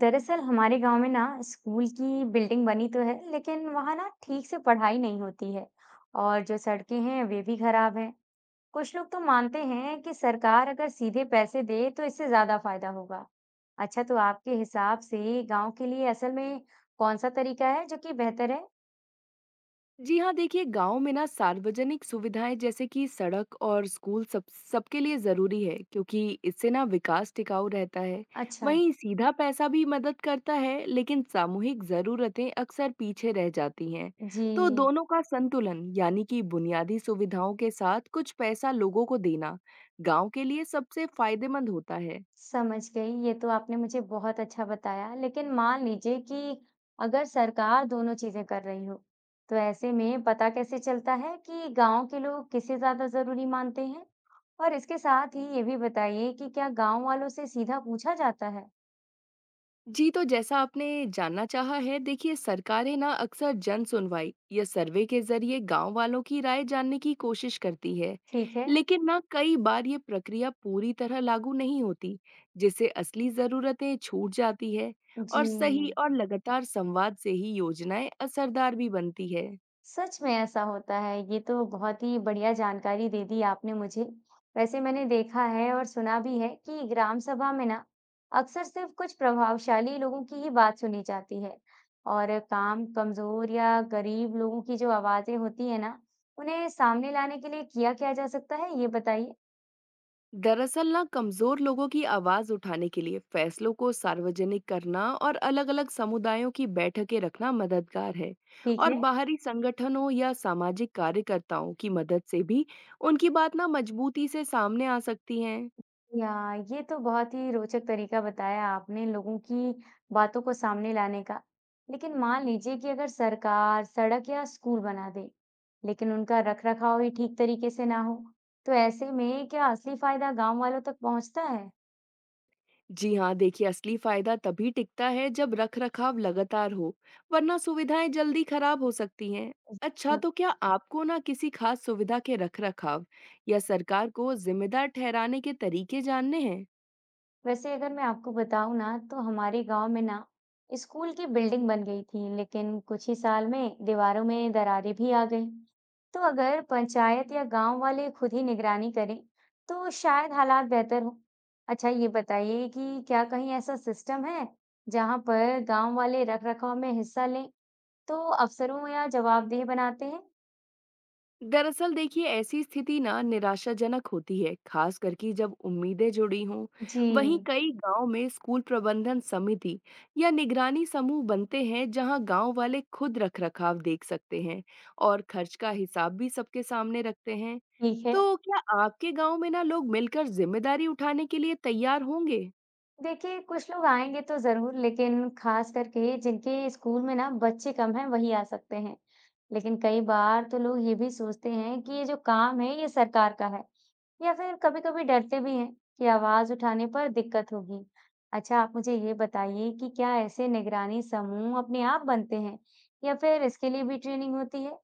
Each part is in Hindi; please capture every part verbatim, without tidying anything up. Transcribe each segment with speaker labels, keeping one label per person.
Speaker 1: दरअसल हमारे गांव में ना स्कूल की बिल्डिंग बनी तो है, लेकिन वहां ना ठीक से पढ़ाई नहीं होती है। और जो सड़कें हैं वे भी खराब हैं। कुछ लोग तो मानते हैं कि सरकार अगर सीधे पैसे दे तो इससे ज्यादा फायदा होगा। अच्छा, तो आपके हिसाब से गांव के लिए असल में कौन सा तरीका है जो कि बेहतर है?
Speaker 2: जी हाँ, देखिए गाँव में ना सार्वजनिक सुविधाएँ जैसे कि सड़क और स्कूल सब सबके लिए ज़रूरी है क्योंकि इससे ना विकास टिकाऊ रहता है।
Speaker 1: अच्छा।
Speaker 2: वहीं सीधा पैसा भी मदद करता है, लेकिन सामूहिक ज़रूरतें अक्सर पीछे रह जाती हैं। तो
Speaker 1: जी।
Speaker 2: दोनों का संतुलन यानी कि बुनियादी सुविधाओं के साथ कुछ पैसा लोगों को देना, गाँव के लिए सबसे फायदेमंद होता है।
Speaker 1: समझ गई। ये तो आपने मुझे बहुत अच्छा बताया। लेकिन मान लीजिए कि अगर सरकार दोनों चीज़ें कर रही हो, तो ऐसे में पता कैसे चलता है कि गाँव के लोग किसे ज़्यादा ज़रूरी मानते हैं? और इसके साथ ही ये भी बताइए कि क्या गाँव वालों से सीधा पूछा जाता है?
Speaker 2: जी, तो जैसा आपने जानना चाहा है, देखिए सरकारें ना अक्सर जन सुनवाई या सर्वे के जरिए गांव वालों की राय जानने की कोशिश करती है,
Speaker 1: ठीक है।
Speaker 2: लेकिन ना कई बार ये प्रक्रिया पूरी तरह लागू नहीं होती, जिससे असली जरूरतें छूट जाती है
Speaker 1: जी।
Speaker 2: और सही और लगातार संवाद से ही योजनाएं असरदार भी बनती है।
Speaker 1: सच में ऐसा होता है। ये तो बहुत ही बढ़िया जानकारी दे दी आपने मुझे। वैसे मैंने देखा है और सुना भी है कि ग्राम सभा में ना अक्सर सिर्फ कुछ प्रभावशाली लोगों की ही बात सुनी जाती है। और काम कमजोर या गरीब लोगों की जो आवाजें होती है ना, उन्हें सामने लाने के लिए किया क्या जा सकता है? ये बताइए।
Speaker 2: दरअसल ना कमजोर लोगों की आवाज उठाने के लिए फैसलों को सार्वजनिक करना और अलग-अलग समुदायों की बैठकें रखना मददगार है
Speaker 1: ठीक
Speaker 2: और
Speaker 1: है।
Speaker 2: बाहरी संगठनों या सामाजिक कार्यकर्ताओं की मदद से भी उनकी बात ना मजबूती से सामने आ सकती है।
Speaker 1: या, ये तो बहुत ही रोचक तरीका बताया आपने लोगों की बातों को सामने लाने का। लेकिन मान लीजिए कि अगर सरकार सड़क या स्कूल बना दे, लेकिन उनका रखरखाव ही ठीक तरीके से ना हो, तो ऐसे में क्या असली फायदा गांव वालों तक पहुंचता
Speaker 2: जी हाँ देखिए असली फायदा तभी टिकता है जब रखरखाव लगातार हो वरना सुविधाएं जल्दी खराब हो सकती हैं। अच्छा
Speaker 1: है?
Speaker 2: तो क्या आपको ना किसी खास सुविधा के रखरखाव या सरकार को जिम्मेदार ठहराने के तरीके जानने हैं?
Speaker 1: वैसे अगर मैं आपको बताऊं ना, तो हमारे गांव में ना स्कूल की बिल्डिंग बन गई थी, लेकिन कुछ ही साल में दीवारों में दरारें भी आ गई। तो अगर पंचायत या गांव वाले खुद ही निगरानी करें, तो शायद हालात बेहतर हो। अच्छा, ये बताइए कि क्या कहीं ऐसा सिस्टम है जहां पर गांव वाले रखरखाव में हिस्सा लें, तो अफसरों या जवाबदेह बनाते हैं।
Speaker 2: दरअसल देखिए ऐसी स्थिति ना निराशाजनक होती है खास करके जब उम्मीदें जुड़ी हों।
Speaker 1: जी।
Speaker 2: वहीं कई गांव में स्कूल प्रबंधन समिति या निगरानी समूह बनते हैं जहां गांव वाले खुद रखरखाव देख सकते हैं और खर्च का हिसाब भी सबके सामने रखते हैं।
Speaker 1: ठीक है।
Speaker 2: तो क्या आपके गांव में ना लोग मिलकर जिम्मेदारी उठाने के लिए तैयार होंगे?
Speaker 1: देखिए, कुछ लोग आएँगे तो ज़रूर, लेकिन ख़ास करके जिनके स्कूल में ना बच्चे कम हैं, वही आ सकते हैं। लेकिन कई बार तो लोग ये भी सोचते हैं कि ये जो काम है, ये सरकार का है, या फिर कभी-कभी डरते भी हैं कि आवाज़ उठाने पर दिक्कत होगी। अच्छा, आप मुझे ये बताइए कि क्या ऐसे निगरानी समूह अपने आप बनते हैं या फिर इसके लिए भी ट्रेनिंग होती है?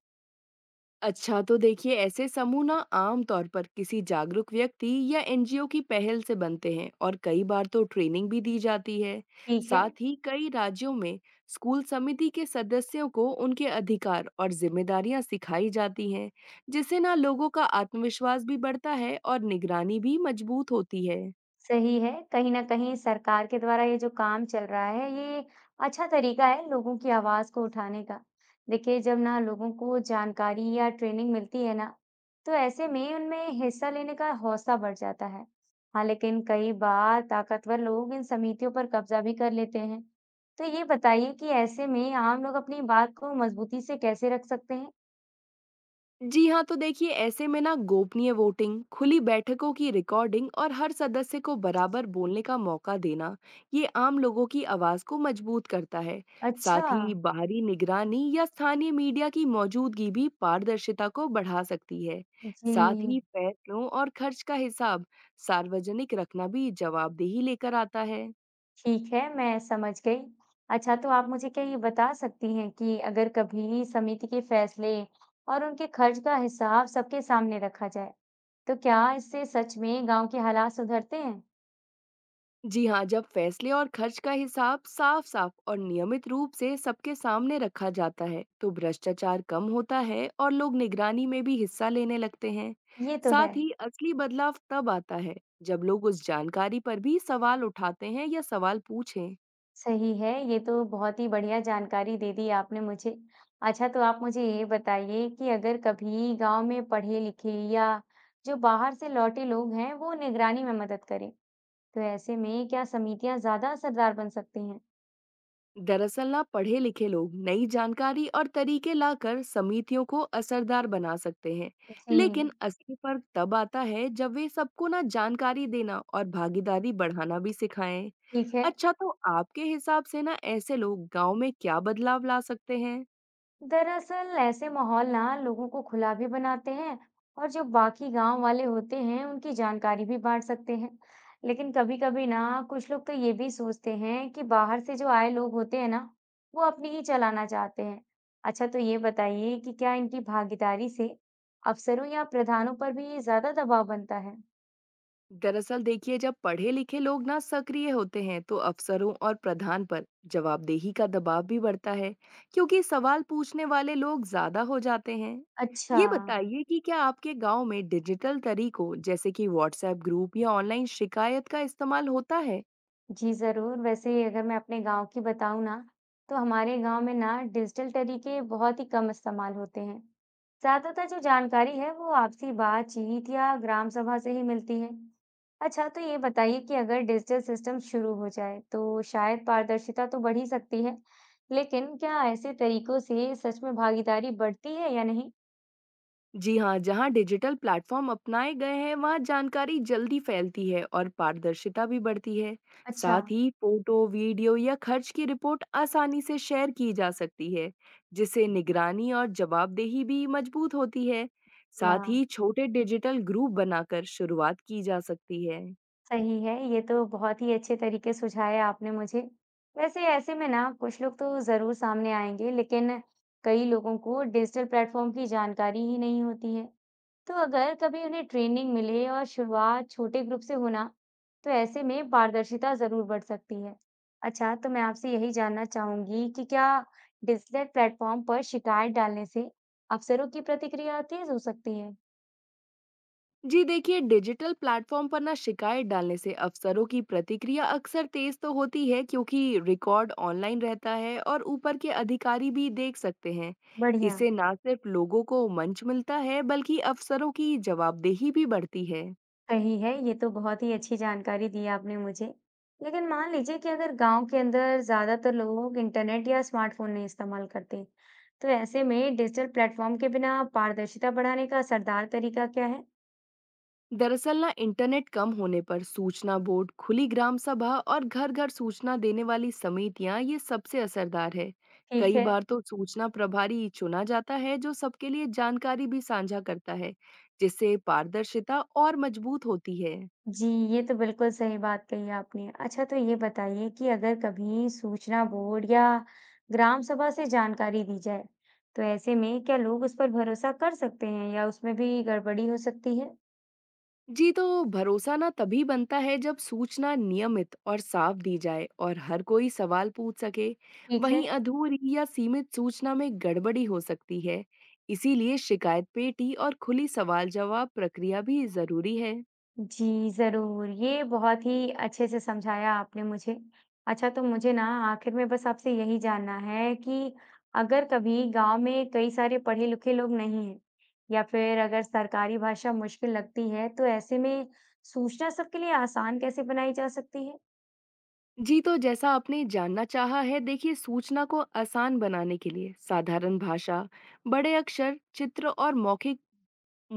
Speaker 2: अच्छा तो देखिए ऐसे समूह ना आमतौर पर किसी जागरूक व्यक्ति या एनजीओ की पहल से बनते हैं और कई बार तो ट्रेनिंग भी दी जाती है।
Speaker 1: ठीक है।
Speaker 2: साथ ही कई राज्यों में स्कूल समिति के सदस्यों को उनके अधिकार और जिम्मेदारियां सिखाई जाती हैं, जिससे ना लोगों का आत्मविश्वास भी बढ़ता है और निगरानी भी मजबूत होती है।
Speaker 1: सही है। कहीं न कहीं सरकार के द्वारा ये जो काम चल रहा है, ये अच्छा तरीका है लोगों की आवाज़ को उठाने का। देखिए, जब ना लोगों को जानकारी या ट्रेनिंग मिलती है ना, तो ऐसे में उनमें हिस्सा लेने का हौसला बढ़ जाता है। हाँ, लेकिन कई बार ताकतवर लोग इन समितियों पर कब्ज़ा भी कर लेते हैं। तो ये बताइए कि ऐसे में आम लोग अपनी बात को मज़बूती से कैसे रख सकते हैं?
Speaker 2: जी हाँ तो देखिए ऐसे में ना गोपनीय वोटिंग, खुली बैठकों की रिकॉर्डिंग और हर सदस्य को बराबर बोलने का मौका देना, ये आम लोगों की आवाज को मजबूत करता है।
Speaker 1: अच्छा।
Speaker 2: साथ ही बाहरी निगरानी या स्थानीय मीडिया की मौजूदगी भी पारदर्शिता को बढ़ा सकती है।
Speaker 1: जी।
Speaker 2: साथ ही फैसलों और खर्च का हिसाब सार्वजनिक रखना भी जवाबदेही लेकर आता है।
Speaker 1: ठीक है, मैं समझ गई। अच्छा, तो आप मुझे क्या ये बता सकती हैं कि अगर कभी समिति के फैसले और उनके खर्च का हिसाब सबके सामने रखा जाए, तो क्या इससे सच में गांव के हालात सुधरते हैं?
Speaker 2: जी हाँ, जब फैसले और खर्च का हिसाब साफ साफ और नियमित रूप से सबके सामने रखा जाता है तो भ्रष्टाचार कम होता है और लोग निगरानी में भी हिस्सा लेने लगते हैं।
Speaker 1: ये तो है,
Speaker 2: साथ ही असली बदलाव तब आता है जब लोग उस जानकारी पर भी सवाल उठाते हैं या सवाल पूछें।
Speaker 1: सही है। ये तो बहुत ही बढ़िया जानकारी दे दी आपने मुझे। अच्छा, तो आप मुझे ये बताइए कि अगर कभी गांव में पढ़े-लिखे या जो बाहर से लौटे लोग हैं, वो निगरानी में मदद करें, तो ऐसे में क्या समितियां ज्यादा असरदार बन सकती हैं?
Speaker 2: दरअसल ना पढ़े लिखे लोग नई जानकारी और तरीके लाकर समितियों को असरदार बना सकते हैं,
Speaker 1: जी।
Speaker 2: लेकिन असली फर्क तब आता है जब वे सबको ना जानकारी देना और भागीदारी बढ़ाना भी सिखाएं।
Speaker 1: ठीक है।
Speaker 2: अच्छा तो आपके हिसाब से ना ऐसे लोग गांव में क्या बदलाव ला सकते हैं?
Speaker 1: दरअसल ऐसे माहौल ना लोगों को खुला भी बनाते हैं, और जो बाकी गांव वाले होते हैं उनकी जानकारी भी बांट सकते हैं। लेकिन कभी कभी ना कुछ लोग तो ये भी सोचते हैं कि बाहर से जो आए लोग होते हैं ना, वो अपनी ही चलाना चाहते हैं। अच्छा, तो ये बताइए कि क्या इनकी भागीदारी से अफसरों या प्रधानों पर भी ज्यादा दबाव बनता है?
Speaker 2: दरअसल देखिए जब पढ़े लिखे लोग ना सक्रिय होते हैं तो अफसरों और प्रधान पर जवाबदेही का दबाव भी बढ़ता है क्योंकि सवाल पूछने वाले लोग ज्यादा हो जाते हैं।
Speaker 1: अच्छा।
Speaker 2: ये बताइए कि क्या आपके गांव में डिजिटल तरीकों जैसे कि व्हाट्सएप ग्रुप या ऑनलाइन शिकायत का इस्तेमाल होता है?
Speaker 1: जी ज़रूर, वैसे अगर मैं अपने गाँव की बताऊँ ना, तो हमारे गाँव में ना डिजिटल तरीके बहुत ही कम इस्तेमाल होते हैं। ज़्यादातर जो जानकारी है वो आपसी बातचीत या ग्राम सभा से ही मिलती है। अच्छा, तो ये बताइए कि अगर डिजिटल सिस्टम शुरू हो जाए तो शायद पारदर्शिता तो बढ़ ही सकती है, लेकिन क्या ऐसे तरीकों से सच में भागीदारी बढ़ती है या नहीं?
Speaker 2: जी हाँ, जहाँ डिजिटल प्लेटफॉर्म अपनाए गए हैं, वहाँ जानकारी जल्दी फैलती है और पारदर्शिता भी बढ़ती है।
Speaker 1: अच्छा।
Speaker 2: साथ ही फोटो, वीडियो या खर्च की रिपोर्ट आसानी से शेयर की जा सकती है, जिससे निगरानी और जवाबदेही भी मजबूत होती है।
Speaker 1: या,
Speaker 2: साथ ही छोटे डिजिटल ग्रुप बनाकर शुरुआत की जा सकती है।
Speaker 1: सही है, ये तो बहुत ही अच्छे तरीके सुझाए आपने मुझे। वैसे ऐसे में ना कुछ लोग तो ज़रूर सामने आएँगे, लेकिन कई लोगों को डिजिटल प्लेटफ़ॉर्म की जानकारी ही नहीं होती है। तो अगर कभी उन्हें ट्रेनिंग मिले और शुरुआत छोटे ग्रुप से हो ना, तो ऐसे में पारदर्शिता ज़रूर बढ़ सकती है। अच्छा, तो मैं आपसे यही जानना चाहूँगी कि क्या डिजिटल प्लेटफ़ॉर्म पर शिकायत डालने से अफसरों की प्रतिक्रिया तेज़ हो सकती है?
Speaker 2: जी देखिए डिजिटल प्लेटफॉर्म पर ना शिकायत डालने से अफसरों की प्रतिक्रिया अक्सर तेज तो होती है क्योंकि रिकॉर्ड ऑनलाइन रहता है और ऊपर के अधिकारी भी देख सकते हैं।
Speaker 1: बढ़िया।
Speaker 2: इससे ना सिर्फ लोगों को मंच मिलता है बल्कि अफसरों की जवाबदेही भी बढ़ती है।
Speaker 1: सही है, ये तो बहुत ही अच्छी जानकारी दी आपने मुझे। लेकिन मान लीजिए कि अगर गांव के अंदर ज्यादातर लोग इंटरनेट या स्मार्टफोन नहीं इस्तेमाल करते, तो ऐसे में डिजिटल प्लेटफॉर्म के बिना पारदर्शिता बढ़ाने का असरदार तरीका क्या है?
Speaker 2: दरअसल ना इंटरनेट कम होने पर सूचना बोर्ड, खुली ग्राम सभा और घर घर सूचना देने वाली समितियां ये सबसे असरदार है।
Speaker 1: ठीक
Speaker 2: कई
Speaker 1: है।
Speaker 2: बार तो सूचना प्रभारी चुना जाता है जो सबके लिए जानकारी भी साझा करता है, जिससे पारदर्शिता और मजबूत होती है।
Speaker 1: जी। ये तो बिल्कुल सही बात कही आपने। अच्छा, तो ये बताइए कि अगर कभी सूचना बोर्ड या ग्राम सभा से जानकारी दी जाए, तो ऐसे में क्या लोग उस पर भरोसा कर सकते हैं या उसमें भी गड़बड़ी हो सकती है?
Speaker 2: जी तो भरोसा ना तभी बनता है जब सूचना नियमित और साफ दी जाए और हर कोई सवाल पूछ सके।
Speaker 1: ठीक है।
Speaker 2: वहीं अधूरी या सीमित सूचना में गड़बड़ी हो सकती है, इसीलिए शिकायत पेटी और खुली सवाल जवाब प्रक्रिया भी जरूरी है।
Speaker 1: जी, ज़रूर। ये बहुत ही अच्छे से समझाया आपने मुझे। अच्छा, तो मुझे ना आखिर में बस आपसे यही जानना है कि अगर कभी गाँव में कई सारे पढ़े-लिखे लोग नहीं हैं या फिर अगर सरकारी भाषा मुश्किल लगती है, तो ऐसे में सूचना सबके लिए आसान कैसे बनाई जा सकती है?
Speaker 2: जी तो जैसा आपने जानना चाहा है देखिए सूचना को आसान बनाने के लिए साधारण भाषा, बड़े अक्षर, चित्र और मौखिक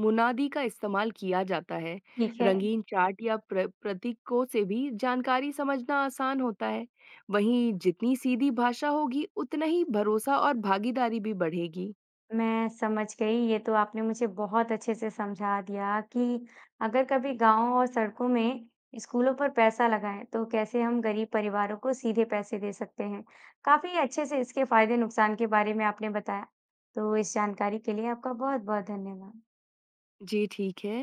Speaker 2: मुनादी का इस्तेमाल किया जाता है।
Speaker 1: ठीक है।
Speaker 2: रंगीन चार्ट या प्र प्रतीकों से भी जानकारी समझना आसान होता है। वहीं जितनी सीधी भाषा होगी, उतना ही भरोसा और भागीदारी भी बढ़ेगी।
Speaker 1: मैं समझ गई, ये तो आपने मुझे बहुत अच्छे से समझा दिया कि अगर कभी गाँव और सड़कों में स्कूलों पर पैसा लगाएँ, तो कैसे हम गरीब परिवारों को सीधे पैसे दे सकते हैं। काफ़ी अच्छे से इसके फ़ायदे-नुकसान के बारे में आपने बताया, तो इस जानकारी के लिए आपका बहुत-बहुत धन्यवाद।
Speaker 2: जी, ठीक है।